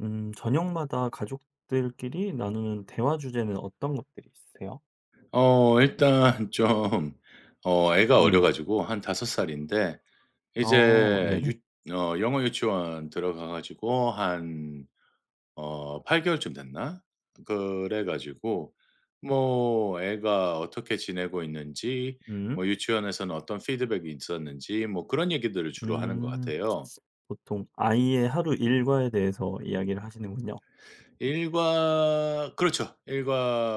저녁마다 가족들끼리 나누는 대화 주제는 어떤 것들이 있으세요? 일단 좀 애가 어려 음. 가지고 한 5 살인데 어 이제 유 네네. 어 영어 유치원 들어가 가지고 한 8 개월쯤 됐나? 그래 가지고 뭐 애가 어떻게 지내고 있는지 음. 뭐 유치원에서는 어떤 피드백이 있었는지 뭐 그런 얘기들을 주로 하는 것 음. 같아요. 보통 아이의 하루 일과에 대해서 이야기를 하시는군요. 일과 그렇죠.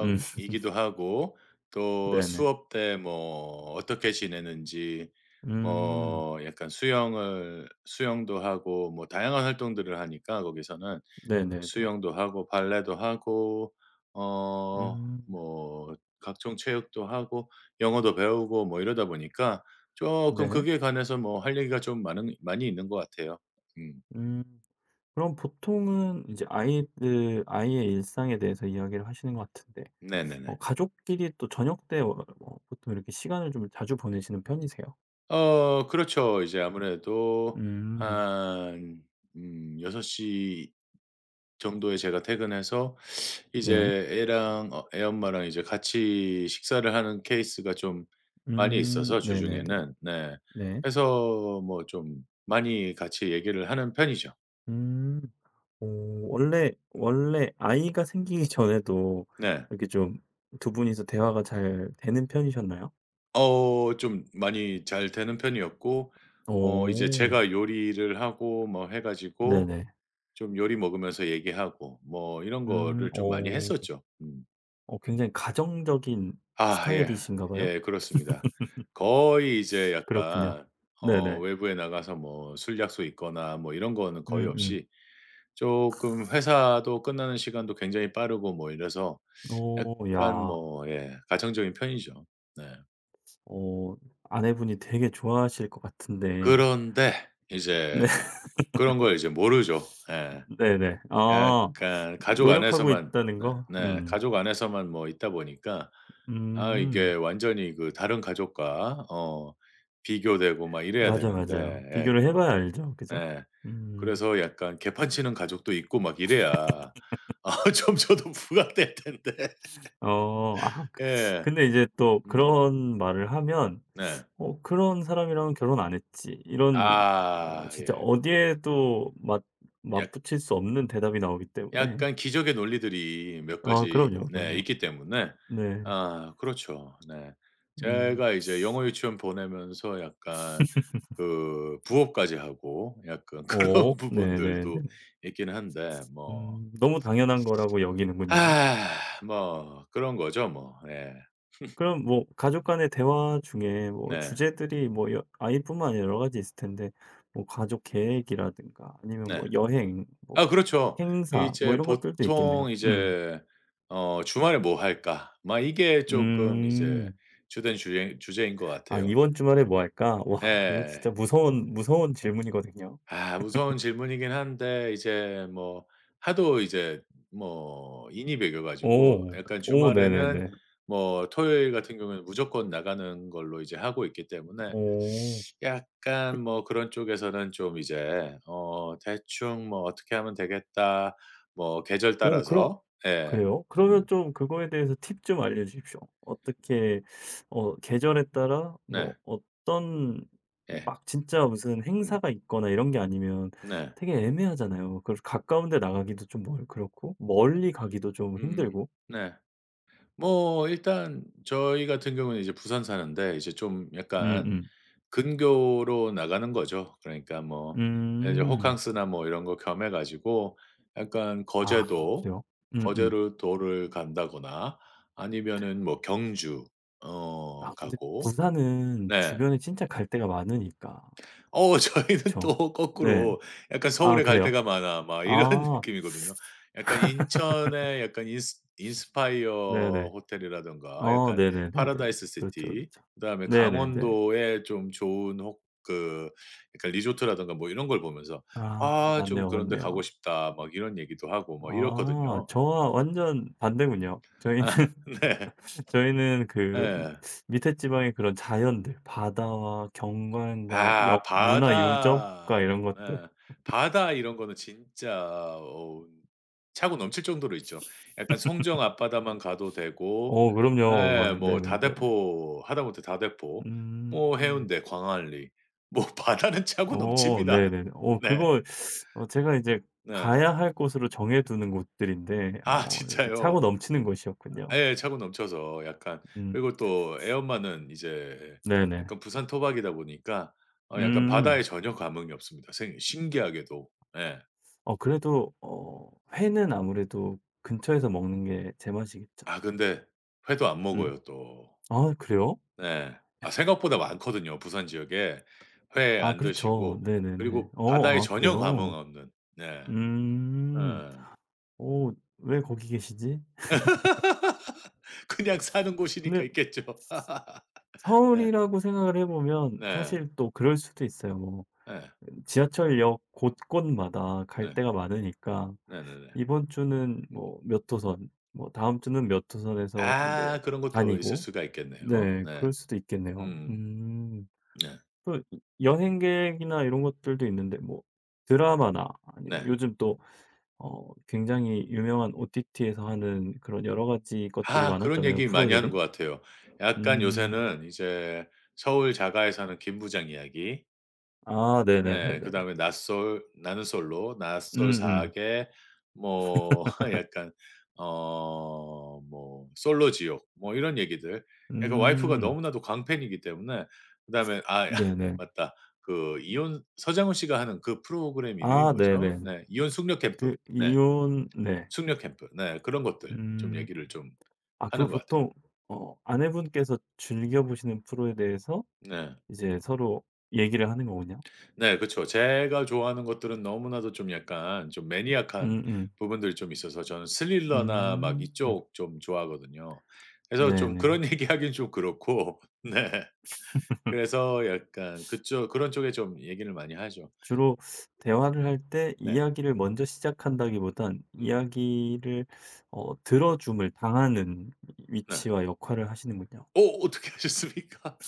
음 하고 또 네네. 수업 때 뭐 어떻게 지내는지 음 뭐 약간 수영을 수영도 하고 뭐 다양한 활동들을 하니까 거기서는 네네네. 수영도 하고 발레도 하고 어 음 뭐 각종 체육도 하고 영어도 배우고 뭐 이러다 보니까 조금 네. 그게 관해서 뭐 할 얘기가 좀 많은 많이 있는 것 같아요. 음. 음 그럼 보통은 이제 아이들 아이의 일상에 대해서 이야기를 하시는 것 같은데 네네네. 가족끼리 또 저녁 때 어 뭐 보통 이렇게 시간을 좀 자주 보내시는 편이세요? 그렇죠. 이제 아무래도 음 한 6시 정도에 제가 퇴근해서 이제 네. 애랑 애 엄마랑 이제 같이 식사를 하는 케이스가 좀 많이 음. 있어서 네네네. 주중에는. 네. 네. 그래서 뭐 좀 많이 같이 얘기를 하는 편이죠. 음. 오 원래 아이가 생기기 전에도 네. 이렇게 좀 두 분이서 대화가 잘 되는 편이셨나요? 좀 많이 잘 되는 편이었고 이제 오. 제가 요리를 하고 뭐 해 가지고 네네. 좀 요리 먹으면서 얘기하고 뭐 이런 음. 거를 좀 많이 오, 했었죠. 음. 굉장히 가정적인 아 예. 스타일이신가 봐요? 예 그렇습니다. 거의 이제 그렇군요. 약간 네네. 외부에 나가서 뭐 술 약속 있거나 뭐 이런 거는 거의 음 음. 없이 쪼끔 회사도 끝나는 시간도 굉장히 빠르고 뭐 이래서 오, 약간 야. 뭐 예 가정적인 편이죠. 네. 어 아내분이 되게 좋아하실 것 같은데 그런데 네. 이제 그런 걸 이제 모르죠. 예. 네네. 아 약간 가족 노력하고 안에서만 있다는 네 거? 네 음. 가족 안에서만 뭐 있다 보니까 아 음. 이게 완전히 그 다른 가족과 비교되고 막 이래야 맞아, 되는데 맞아요. 예 비교를 해 그런 봐야 알죠. 그죠? 예 음. 그래서 약간 개판치는 가족도 있고 막 이래야 아 좀 저도 부각될 텐데. 어 아 예. 근데 이제 또 음 그런 말을 하면 네. '어 그런 사람이랑은 결혼 안 했지.' 이런 아 진짜 예. 어디에도 맞 맞붙일 수 없는 대답이 나오기 때문에 약간 기적의 논리들이 몇 아 가지 그럼요, 네 그럼요. 있기 때문에 네. 아 그렇죠. 네. 음. 제가 이제 영어 유치원 보내면서 약간 그 부업까지 하고 약간 어 그런 네네네. 부분들도 있긴 한데 뭐 너무 당연한 거라고 여기는군요. 아 뭐 그런 거죠 뭐. 예. 그럼 뭐 가족 간의 대화 중에 뭐 네. 주제들이 뭐 여 아이뿐만 아니라 여러 가지 있을 텐데 뭐 가족 계획이라든가 아니면 뭐 네. 여행, 뭐 아 그렇죠. 행사 뭐 이제 이런 것들도 보통 있겠네요. 음. 이제 '주말에 뭐 할까?' 막 이게 쪼끔 이제 음. 주된 주제 주제인 것 아 같아요. "이번 주말에 뭐 할까?" 와 이거 예. 진짜 무서운 무서운 질문이거든요. 아 무서운 질문이긴 한데 이제 뭐 하도 이제 뭐 인이 배겨 가지고 오. 약간 오 주말에는 네네네. 뭐 토요일 같은 경우에는 무조건 나가는 걸로 이제 하고 있기 때문에 오. 약간 뭐 그런 쪽에서는 좀 이제 대충 뭐 '어떻게 하면 되겠다.' 뭐 계절 오 그럼 따라서 예. 그래요? 그러면 음 좀 그거에 대해서 팁 좀 알려주십시오. 어떻게 계절에 따라 뭐 네. 어떤 예. 막 진짜 무슨 음 행사가 있거나 이런 게 아니면 네. 되게 애매하잖아요. 그래서 가까운 데 나가기도 좀 멀 그렇고 멀리 가기도 좀 음 힘들고. 네. 뭐 일단 저희 같은 경우는 이제 부산 사는데 이제 좀 약간 음음. 근교로 나가는 거죠. 그러니까 뭐 음. 이제 호캉스나 뭐 이런 거 겸해 가지고 약간 아 그래요? 음음. 거제를 도를 간다거나 아니면은 뭐 경주 아 근데 가고 부산은 네. 주변에 진짜 갈 데가 많으니까. 저희는 그쵸? 또 네. 거꾸로 약간 아 '서울에 갈 그래요? 데가 많아.' 막 이런 아. 느낌이거든요. 약간 인천의 약간 인스파이어 네네. 호텔이라든가 어 약간 네네네네네. 파라다이스 그렇죠, 시티 그렇죠. 그다음에 네네네. 강원도의 좀 좋은 혹 그 약간 리조트라든가 뭐 이런 걸 보면서 아 '아 좀 맞네요, 그런 데 맞네요. 가고 싶다.' 막 이런 얘기도 하고 뭐 아 이렇거든요. 저와 완전 반대군요. 저희는 아 네. 저희는 그 예. 밑에 지방의 그런 자연들, 바다와 경관과 아 역 문화 바다 유적과 이런 것들. 예. 바다 이런 거는 진짜 차고 넘칠 정도로 있죠. 약간 송정 앞바다만 가도 되고 어 그럼요. 와 예 뭐 네네네. 다대포 하다못해 다대포 뭐 음. 해운대, 광안리 뭐 바다는 차고 어 넘칩니다. 네네네. 어 네. 그거 제가 이제 네. 가야 할 곳으로 정해 두는 곳들인데 아 이렇게 진짜요. 차고 넘치는 곳이었군요. 예 차고 넘쳐서 약간 음 그리고 또 애 엄마는 이제 네네. 약간 부산 토박이다 보니까 약간 바다에 음. 전혀 감흥이 없습니다, 생 신기하게도. 예. 그래도 회는 아무래도 근처에서 먹는 게 제맛이겠죠. 아 근데 회도 안 음. 먹어요 또. 아 그래요? 네. 아 생각보다 많거든요 부산 지역에. 회 아 안 그렇죠. 드시고 네네네. 그리고 어 바다에 아 전혀 감흥 그래요? 없는. 네. 예. 음. 오 왜 거기 계시지? 그냥 사는 근데 곳이니까 있겠죠. 네. 서울이라고 생각을 해 보면 네. 사실 또 그럴 수도 있어요. 뭐 예. 지하철역 곳곳마다 갈 네. 데가 많으니까 네네네. 이번 주는 음. 뭐 몇 호선, 뭐 다음 주는 몇 호선에서 이제 아 그런 것도 있을 다니고 수가 있겠네요. 네 네. 그럴 수도 있겠네요. 음. 음. 네. 그 여행객이나 이런 것들도 있는데 뭐 드라마나 아니면 네. 요즘 또 굉장히 유명한 OTT에서 하는 그런 여러 가지 것들이 아 그런 많았잖아요, 얘기 많이 하는 프로들이. 것 같아요. 약간 음. 요새는 이제 서울 자가에 사는 김 부장 이야기 아 예. 네네네네네. 그다음에 낯설 나는 솔로, 음음. 음. 낯설사계 뭐 약간 뭐 솔로 지옥 뭐 이런 얘기들. 약간 와이프가 음, 너무나도 광팬이기 때문에 그다음에 아 네네. 맞다. 그 이혼 서장훈 씨가 하는 그 프로그램 이름이 아 뭐죠? 네네네. 네. 이혼 숙려 캠프. 그 네. 이혼 네. 숙려 캠프. 네. 그런 것들 좀 음. 얘기를 좀 아 하는 그 것 같아요. 보통 아내분께서 즐겨 보시는 프로에 대해서 네. 이제 서로 얘기를 하는 거군요. 네 그쵸. 제가 좋아하는 것들은 너무나도 좀 약간 좀 매니악한 음음. 부분들이 좀 있어서 저는 스릴러나 막 음. 이쪽 좀 좋아하거든요. 그래서 좀 네네. 그런 얘기하긴 좀 그렇고 네. 그래서 약간 그쪽 그런 쪽에 좀 얘기를 많이 하죠. 주로 대화를 할 때 네. 이야기를 먼저 시작한다기보단 음 이야기를 들어 줌을 당하는 네. 위치와 역할을 하시는군요. 어떻게 하셨습니까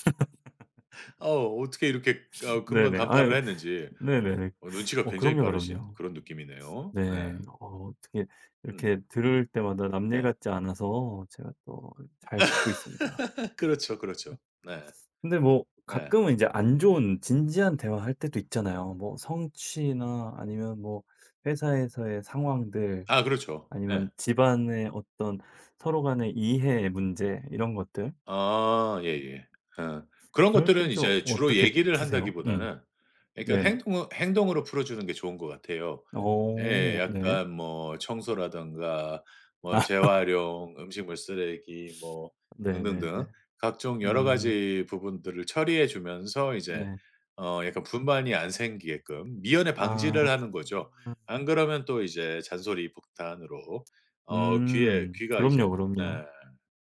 어 어떻게 이렇게 금방 네네. 아 간파를 했는지. 네네네. 눈치가 어 굉장히 그럼요, 빠르신 그럼요. 그런 느낌이네요. 네. 네. 어떻게 음 이렇게 들을 때마다 남일 네. 같지 않아서 제가 또 잘 듣고 있습니다. 그렇죠, 그렇죠. 네. 근데 뭐 네. 가끔은 이제 안 좋은 진지한 대화할 때도 있잖아요. 뭐 성취나 아니면 뭐 회사에서의 상황들 아 그렇죠. 네. 아니면 집안의 어떤 서로 간의 이해 문제 이런 것들 아 예예. 어. 그런 그럴 것들은 땐 좀 이제 주로 어떻게 얘기를 푸세요? 음. 한다기보다는 그러니까 네네. 행동으로 풀어주는 게 좋은 것 같아요. 예. 어 네. 약간 뭐 청소라든가 뭐 재활용, 음식물 쓰레기 뭐 등등등 네네네. 각종 여러 음 가지 부분들을 처리해 주면서 이제 네. 약간 분만이 안 생기게끔 미연에 아. 방지를 하는 거죠. 안 그러면 또 이제 잔소리 폭탄으로 어 귀에 음. 귀가 이제 그럼요, 네 그럼요.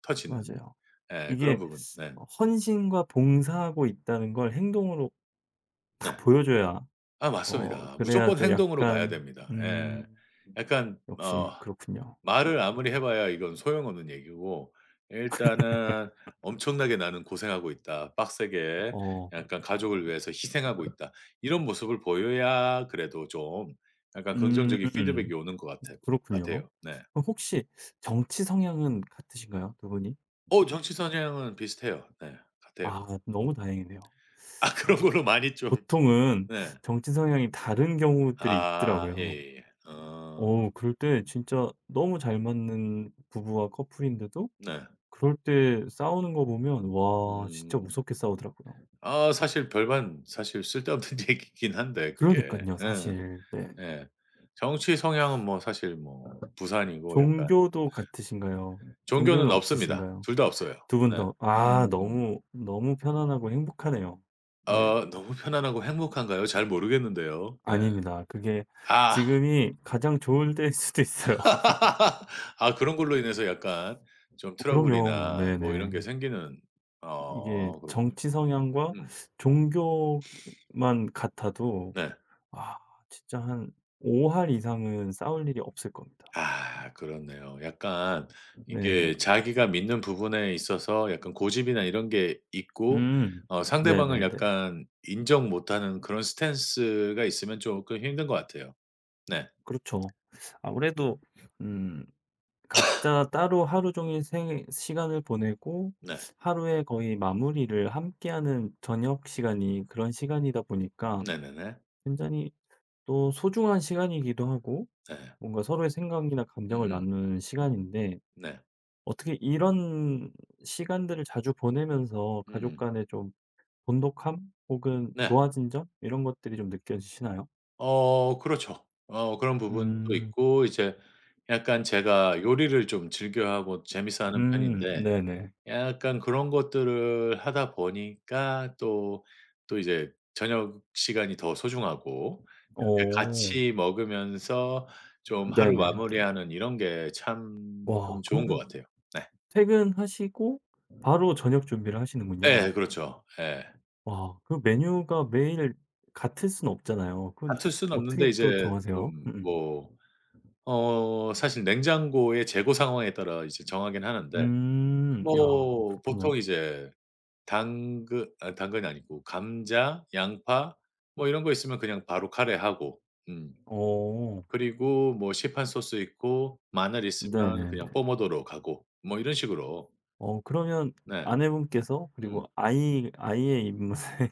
터지는 맞아요. 예 그런 이게 부분. 네. 헌신과 봉사하고 있다는 걸 행동으로 탁 네. 보여줘야 아 맞습니다. 그래야 무조건 좀 행동으로 가야 약간 됩니다. 예. 음 약간 역시 그렇군요. 음. 말을 아무리 해 봐야 이건 소용없는 얘기고 일단은 '엄청나게 나는 고생하고 있다. 빡세게 어 약간 가족을 위해서 희생하고 있다.' 이런 모습을 보여야 그래도 좀 약간 긍정적인 피드백이 음. 오는 것 같아 그렇군요. 같아요. 네. 그럼 혹시 정치 성향은 같으신가요? 두 분이? 정치 선향은 비슷해요. 네. 같아요. 아 너무 다행이네요. 아 그런 어 걸로 많이 좀 보통은 네. 정치 성향이 다른 경우들이 아 있더라고요. 예예예. 어 그럴 때 진짜 너무 잘 맞는 부부와 커플인데도 네. 그럴 때 싸우는 거 보면 와 진짜 음. 무섭게 싸우더라고요. 아 사실 별반 사실 쓸데없는 얘기긴 한데 그게. 그러니깐요 예. 사실. 네. 예. 정치 성향은 뭐 사실 뭐 부산이고 약간 종교도 같으신가요? 종교는 종교는 없습니다. 없으신가요? 둘 다 없어요. 두 분 네. 다 아 음음음. 너무, 너무 편안하고 행복하네요. 네. 너무 편안하고 행복한가요? 잘 모르겠는데요. 네. 아닙니다. 그게 아. 지금이 가장 좋을 때일 수도 있어요. 아 그런 걸로 인해서 약간 좀 그럼요. 트러블이나 뭐 이런 네네. 게 생기는 이게 그렇군요. 정치 성향과 음. 종교만 같아도 네. 아 진짜 한 5할 이상은 싸울 일이 없을 겁니다. 아 그렇네요. 약간 네네. 이게 자기가 믿는 부분에 있어서 약간 고집이나 이런 게 있고 음. 상대방을 네네네. 약간 인정 못하는 그런 스탠스가 있으면 조금 힘든 것 같아요. 네. 그렇죠. 아무래도 음 각자 따로 하루 종일 생 시간을 보내고 네. 하루의 거의 마무리를 함께하는 저녁 시간이 그런 시간이다 보니까 네네네. 굉장히 또 소중한 시간이기도 하고 네. 뭔가 서로의 생각이나 감정을 음음. 나누는 시간인데 네. 어떻게 이런 시간들을 자주 보내면서 네. 가족 간의 좀 돈독함 혹은 네. 좋아진 점 이런 것들이 좀 느껴지시나요? 그렇죠. 그런 부분도 음. 있고 이제 약간 제가 요리를 좀 즐겨하고 재밌어하는 음. 편인데 네네. 약간 그런 것들을 하다 보니까 또 이제 저녁 시간이 더 소중하고 이렇게 오오.. 같이 먹으면서 좀 하루 네네네. 마무리하는 이런 게 참 좀 와 좋은 것 그러면 같아요. 네. 퇴근하시고 바로 저녁 준비를 하시는군요. 예 그렇죠. 예. 와 그 메뉴가 매일 같을 수는 없잖아요. 그건 다툴 수는 없는데 어떻게 또 이제 정하세요? 좀 뭐 사실 냉장고의 재고 상황에 따라 이제 정하긴 하는데 야 뭐 그렇군요. 보통 이제 당근 아 당근이 아니고 감자, 양파 뭐 이런 거 있으면 그냥 바로 카레하고 음 어. 그리고 뭐 시판 소스 있고 마늘 있으면 네네네. 그냥 뽀모도로 가고 뭐 이런 식으로. 그러면 네. 아내분께서 음. 그리고 아이의 입맛을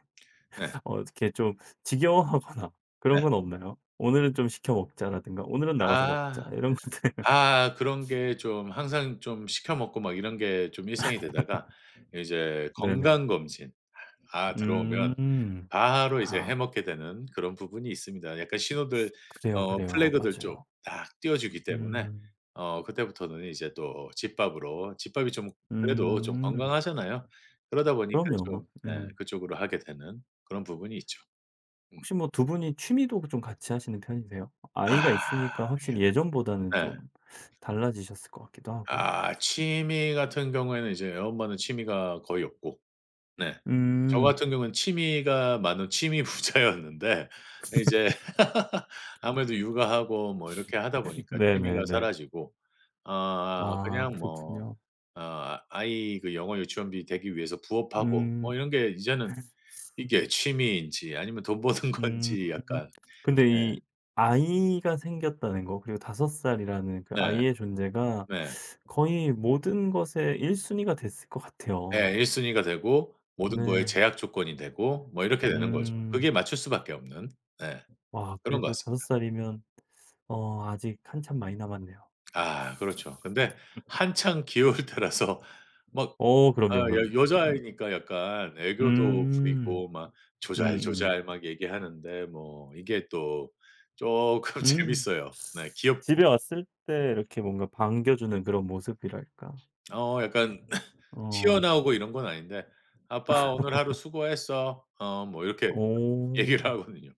네. 어 이렇게 좀 지겨워하거나 네. 그런 건 없나요? "오늘은 좀 시켜 먹자."라든가 "오늘은 나가서 먹자." 아. 이런 것들. 아 그런 게 좀 항상 좀 시켜 먹고 막 이런 게 좀 일상이 되다가 이제 네네. 건강 검진 아 들어오면 음. 바로 이제 아 해먹게 되는 그런 부분이 있습니다. 약간 신호들 그래요, 그래요. 플래그들 쪽 맞아요. 딱 띄워주기 때문에 음. 그때부터는 이제 또 집밥으로 집밥이 좀 그래도 좀 음. 건강하잖아요. 그러다 보니까 그럼요. 좀 네 음. 그쪽으로 하게 되는 그런 부분이 있죠. 음. 혹시 뭐 두 분이 취미도 좀 같이 하시는 편이세요? 아이가 아 있으니까 확실히 예전보다는 네. 좀 달라지셨을 것 같기도 하고. 아 취미 같은 경우에는 이제 엄마는 취미가 거의 없고 네. 저 음. 같은 경우는 취미가 많은 취미 부자였는데 네. 이제 아무래도 육아하고 뭐 이렇게 하다 보니까 취미가 네네네. 사라지고 아 아 그냥 뭐 그렇군요. 아이 그 영어 유치원비 대기 위해서 부업하고 뭐 음. 이런 게 이제는 이게 취미인지 아니면 돈 버는 음. 건지 약간 근데 이 아이가 생겼다는 거 그리고 5살이라는 그 네. 아이의 존재가 네. 네. 거의 모든 것의 1 순위가 됐을 것 같아요. 일1 순위가 되고 모든 거에 네. 제약 조건이 되고 뭐 이렇게 되는 거죠. 음. 그게 맞출 수밖에 없는 네 와 그런 것 그래도 다섯 같습니다. 살이면 아직 한참 많이 남았네요. 아 그렇죠. 근데 한창 귀여울 때라서 막 어 아 그럼요, 그럼요. 여 음. 여자아이니까 약간 애교도 음. 부리고 막 음음. 음. 조잘조잘 막 얘기하는데 뭐 이게 또 쪼끔 음. 재밌어요. 네 귀엽고. 집에 왔을 때 이렇게 뭔가 반겨 주는 그런 모습이랄까? 약간 어. 튀어나오고 이런 건 아닌데 "아빠 오늘 하루 수고했어." 뭐 이렇게 얘기를 오. 하거든요.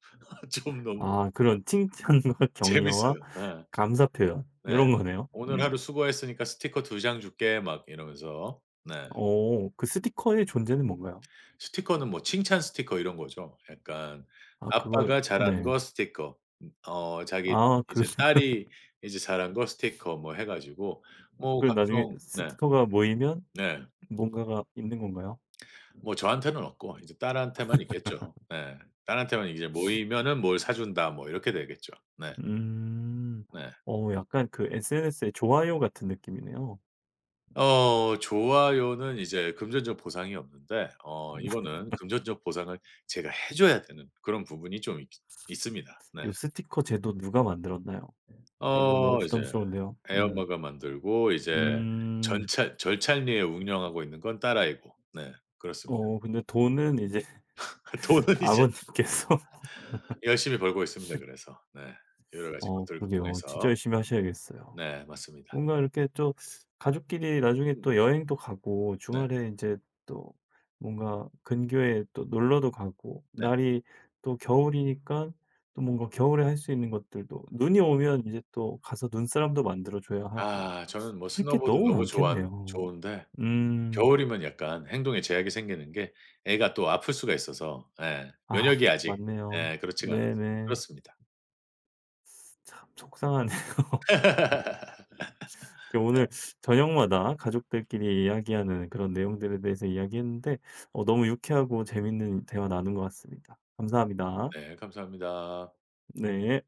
좀 너무 아 그런 칭찬과 재밌어요. 격려와 예. 감사 표현 이 네. 런 거네요. "오늘 음. 하루 수고했으니까 스티커 2장 줄게." 막 이러면서. 네. 오 그 스티커의 존재는 뭔가요? 스티커는 뭐 칭찬 스티커 이런 거죠. 약간 아 그걸 아빠가 잘한 네. 거 스티커. 자기 아 그 이제 딸이 이제 잘한 거 스티커 뭐 해 가지고 뭐 그 나중에 각종 네. 스티커가 모이면 네. 뭔가가 있는 건가요? 뭐 저한테는 없고 이제 딸한테만 있겠죠. 네. 딸한테만 이제 모이면은 "뭘 사 준다." 뭐 이렇게 되겠죠. 네. 음. 네. 약간 그 SNS의 좋아요 같은 느낌이네요. 좋아요는 이제 금전적 보상이 없는데 이거는 금전적 보상을 제가 해 줘야 되는 그런 부분이 좀 있 있습니다. 네. 요 스티커 제도 누가 만들었나요? 아 이건 너무 이제 부담스러운데요. 애 음. 엄마가 만들고 이제 음. 전찰 절찰리에 운영하고 있는 건 딸아이고 네 그렇습니다. 어 근데 돈은 이제 돈은 이제 아버님께서 열심히 벌고 있습니다 그래서. 네. 여러 가지 것들을 그러게요. 진짜 통해서. 열심히 하셔야겠어요. 네 맞습니다. 뭔가 이렇게 또 가족끼리 나중에 음 또 여행도 가고 네. 주말에 이제 또 뭔가 근교에 또 놀러도 가고 네. 날이 또 겨울이니까 또 뭔가 겨울에 할 수 있는 것들도 눈이 오면 이제 또 가서 눈사람도 만들어 줘야 하고 아 저는 뭐 할 게 스노보드 너무 너무 좋아 많겠네요. 좋은데 음. 겨울이면 약간 행동에 제약이 생기는 게 애가 또 아플 수가 있어서 예 아 면역이 아직 맞네요. 예 그렇지가 않아서 네네. 그렇습니다. 참 속상하네요. 이렇게 오늘 저녁마다 가족들끼리 이야기하는 그런 내용들에 대해서 이야기했는데 너무 유쾌하고 재밌는 대화 나눈 것 같습니다. 감사합니다. 네 감사합니다. 네.